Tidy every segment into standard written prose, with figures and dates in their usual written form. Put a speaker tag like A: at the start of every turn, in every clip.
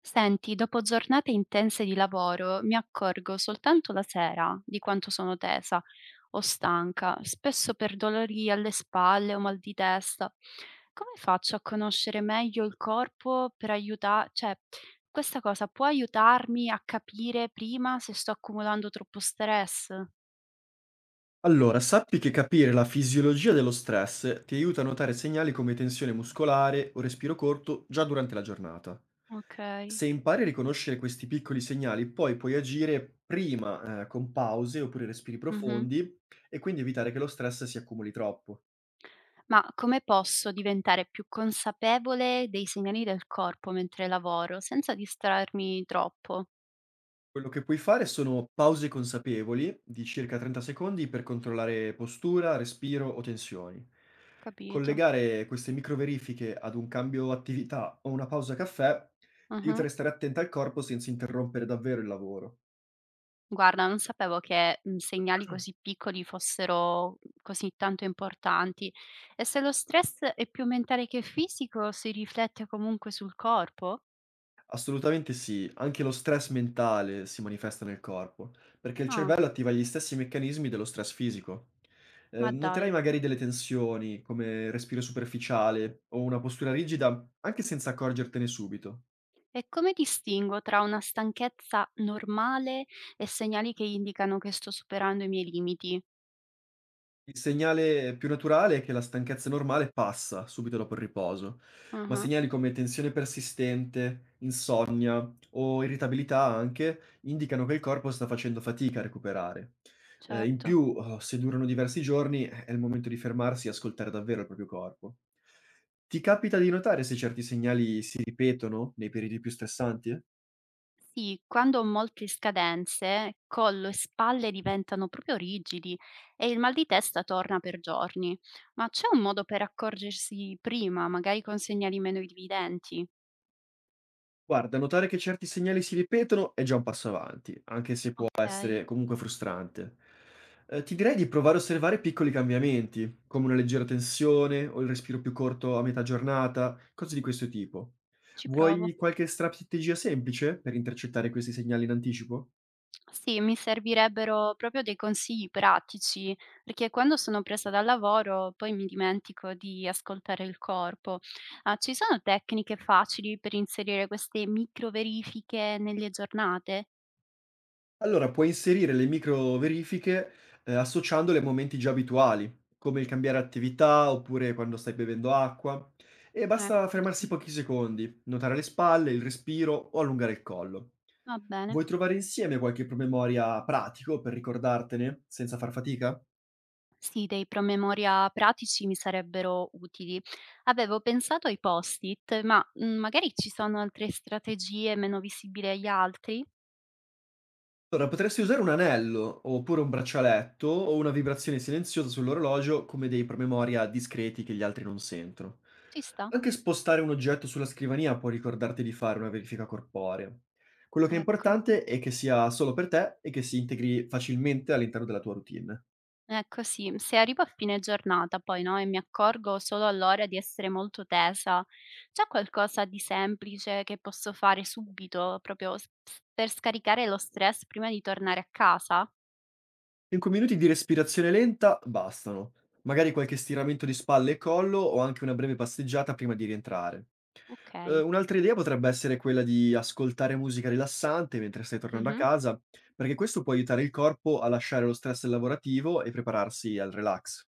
A: Senti, dopo giornate intense di lavoro mi accorgo soltanto la sera di quanto sono tesa o stanca, spesso per dolori alle spalle o mal di testa. Come faccio a conoscere meglio il corpo per aiutare, cioè, questa cosa può aiutarmi a capire prima se sto accumulando troppo stress?
B: Allora, sappi che capire la fisiologia dello stress ti aiuta a notare segnali come tensione muscolare o respiro corto già durante la giornata.
A: Ok.
B: Se impari a riconoscere questi piccoli segnali, poi puoi agire prima, con pause oppure respiri
A: Mhm.
B: profondi e quindi evitare che lo stress si accumuli troppo.
A: Ma come posso diventare più consapevole dei segnali del corpo mentre lavoro senza distrarmi troppo?
B: Quello che puoi fare sono pause consapevoli di circa 30 secondi per controllare postura, respiro o tensioni.
A: Capito.
B: Collegare queste microverifiche ad un cambio attività o una pausa caffè ti aiuta a
A: Mh-mh.
B: restare attenta al corpo senza interrompere davvero il lavoro.
A: Guarda, non sapevo che, segnali così piccoli fossero così tanto importanti. E se lo stress è più mentale che fisico, si riflette comunque sul corpo?
B: Assolutamente sì, anche lo stress mentale si manifesta nel corpo, perché il
A: Ah,
B: cervello attiva gli stessi meccanismi dello stress fisico.
A: ma
B: Noterai
A: dai.
B: magari delle tensioni, come respiro superficiale o una postura rigida, anche senza accorgertene subito.
A: E come distingo tra una stanchezza normale e segnali che indicano che sto superando i miei limiti?
B: Il segnale più naturale è che la stanchezza normale passa subito dopo il riposo, ma
A: Mh-mh,
B: segnali come tensione persistente, insonnia o irritabilità anche indicano che il corpo sta facendo fatica a recuperare. In
A: certo.
B: più, se durano diversi giorni, è il momento di fermarsi e ascoltare davvero il proprio corpo. Ti capita di notare se certi segnali si ripetono nei periodi più stressanti?
A: Sì, quando ho molte scadenze, collo e spalle diventano proprio rigidi e il mal di testa torna per giorni. Ma c'è un modo per accorgersi prima, magari con segnali meno evidenti?
B: Guarda, notare che certi segnali si ripetono è già un passo avanti, anche se può
A: Ok,
B: essere comunque frustrante. Ti direi di provare a osservare piccoli cambiamenti, come una leggera tensione o il respiro più corto a metà giornata, cose di questo tipo.
A: ci provo.
B: Vuoi qualche strategia semplice per intercettare questi segnali in anticipo?
A: Sì, mi servirebbero proprio dei consigli pratici, perché quando sono presa dal lavoro poi mi dimentico di ascoltare il corpo. Ah, ci sono tecniche facili per inserire queste micro verifiche nelle giornate?
B: Allora, puoi inserire le microverifiche, associandole a momenti già abituali, come il cambiare attività oppure quando stai bevendo acqua, e basta
A: Ecco,
B: fermarsi
A: sì,
B: pochi secondi, notare le spalle, il respiro o allungare il collo.
A: va bene.
B: Vuoi trovare insieme qualche promemoria pratico per ricordartene senza far fatica?
A: Sì, dei promemoria pratici mi sarebbero utili. Avevo pensato ai post-it, ma magari ci sono altre strategie meno visibili agli altri?
B: Allora, potresti usare un anello, oppure un braccialetto, o una vibrazione silenziosa sull'orologio come dei promemoria discreti che gli altri non sentono.
A: Ci sta,
B: Anche spostare un oggetto sulla scrivania può ricordarti di fare una verifica corporea. Quello che è
A: ecco.
B: importante è che sia solo per te e che si integri facilmente all'interno della tua routine.
A: Ecco, sì, se arrivo a fine giornata poi, no, e mi accorgo solo allora di essere molto tesa, c'è qualcosa di semplice che posso fare subito, per scaricare lo stress prima di tornare a casa?
B: 5 minuti di respirazione lenta bastano, magari qualche stiramento di spalle e collo o anche una breve passeggiata prima di rientrare.
A: Ok.
B: Un'altra idea potrebbe essere quella di ascoltare musica rilassante mentre stai tornando a
A: Mhm.
B: casa, perché questo può aiutare il corpo a lasciare lo stress lavorativo e prepararsi al relax.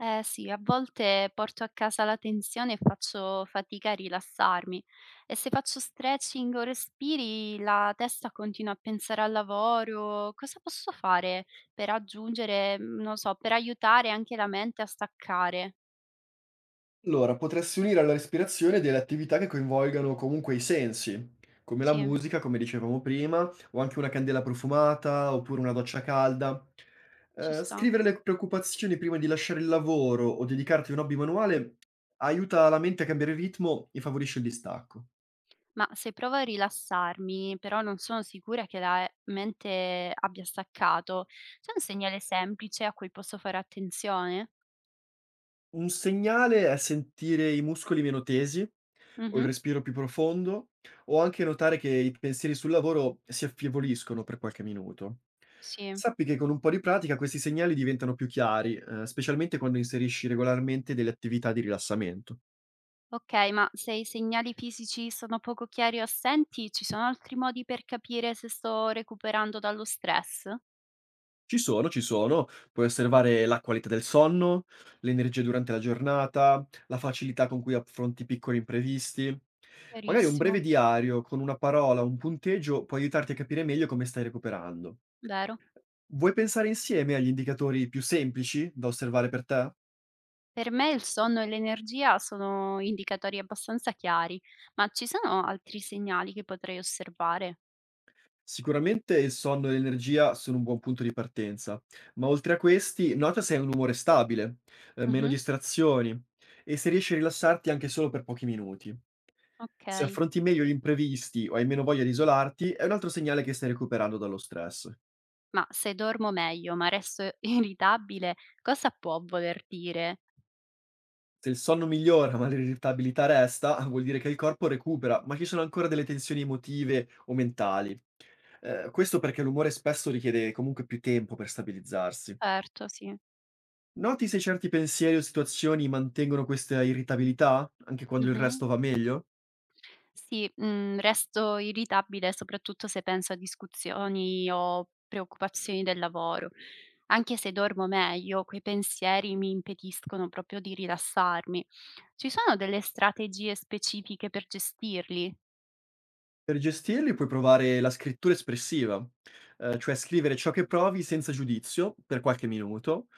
A: Eh sì, a volte porto a casa la tensione e faccio fatica a rilassarmi. E se faccio stretching o respiri, la testa continua a pensare al lavoro. Cosa posso fare per aggiungere, non so, per aiutare anche la mente a staccare?
B: Allora, potresti unire alla respirazione delle attività che coinvolgano comunque i sensi, come la
A: Sì,
B: musica, come dicevamo prima, o anche una candela profumata, oppure una doccia calda.
A: ci sto.
B: Scrivere le preoccupazioni prima di lasciare il lavoro o dedicarti a un hobby manuale aiuta la mente a cambiare ritmo e favorisce il distacco.
A: Ma se provo a rilassarmi, però non sono sicura che la mente abbia staccato, c'è un segnale semplice a cui posso fare attenzione?
B: Un segnale è sentire i muscoli meno tesi, o il
A: Mhm,
B: respiro più profondo, o anche notare che i pensieri sul lavoro si affievoliscono per qualche minuto.
A: sì.
B: Sappi che con un po' di pratica questi segnali diventano più chiari, specialmente quando inserisci regolarmente delle attività di rilassamento.
A: Okay, ma se i segnali fisici sono poco chiari o assenti, ci sono altri modi per capire se sto recuperando dallo stress?
B: Ci sono, ci sono. Puoi osservare la qualità del sonno, l'energia durante la giornata, la facilità con cui affronti piccoli imprevisti. Magari un breve
A: Chiarissimo,
B: diario con una parola, un punteggio può aiutarti a capire meglio come stai recuperando.
A: vero.
B: Vuoi pensare insieme agli indicatori più semplici da osservare per te?
A: Per me il sonno e l'energia sono indicatori abbastanza chiari, ma ci sono altri segnali che potrei osservare?
B: Sicuramente il sonno e l'energia sono un buon punto di partenza, ma oltre a questi, nota se hai un umore stabile, meno
A: Mhm.
B: distrazioni e se riesci a rilassarti anche solo per pochi minuti. Se
A: Ok,
B: affronti meglio gli imprevisti o hai meno voglia di isolarti, è un altro segnale che stai recuperando dallo stress.
A: ma se dormo meglio, ma resto irritabile, cosa può voler dire?
B: Se il sonno migliora ma l'irritabilità resta, vuol dire che il corpo recupera, ma ci sono ancora delle tensioni emotive o mentali. Questo perché l'umore spesso richiede comunque più tempo per stabilizzarsi.
A: Certo, sì.
B: Noti se certi pensieri o situazioni mantengono questa irritabilità, anche quando il
A: Mhm.
B: resto va meglio?
A: Sì, resto irritabile soprattutto se penso a discussioni o preoccupazioni del lavoro. Anche se dormo meglio, quei pensieri mi impediscono proprio di rilassarmi. Ci sono delle strategie specifiche per gestirli?
B: Per gestirli puoi provare la scrittura espressiva, cioè scrivere ciò che provi senza giudizio per qualche minuto.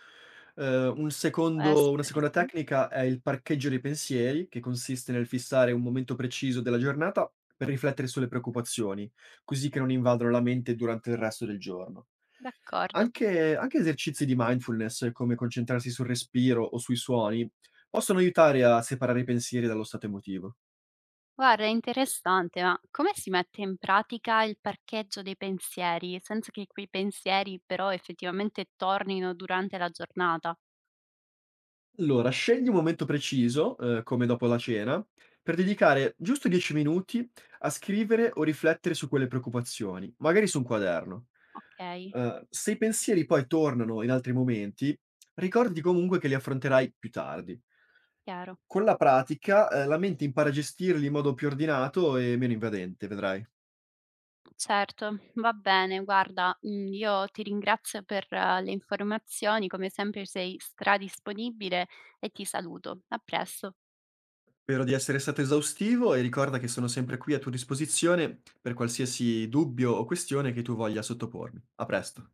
A: Può
B: Una
A: essere,
B: seconda
A: sì?
B: tecnica è il parcheggio dei pensieri, che consiste nel fissare un momento preciso della giornata per riflettere sulle preoccupazioni, così che non invadano la mente durante il resto del giorno.
A: D'accordo.
B: Anche esercizi di mindfulness, come concentrarsi sul respiro o sui suoni, possono aiutare a separare i pensieri dallo stato emotivo.
A: Guarda, è interessante, ma come si mette in pratica il parcheggio dei pensieri, senza che quei pensieri però effettivamente tornino durante la giornata?
B: Allora, scegli un momento preciso, come dopo la cena, per dedicare giusto 10 minuti a scrivere o riflettere su quelle preoccupazioni, magari su un quaderno.
A: Okay,
B: Se i pensieri poi tornano in altri momenti, ricordati comunque che li affronterai più tardi.
A: chiaro.
B: Con la pratica, la mente impara a gestirli in modo più ordinato e meno invadente, vedrai.
A: Certo, va bene. Guarda, io ti ringrazio per le informazioni, come sempre sei stradisponibile e ti saluto. A presto.
B: Spero di essere stato esaustivo e ricorda che sono sempre qui a tua disposizione per qualsiasi dubbio o questione che tu voglia sottopormi. A presto.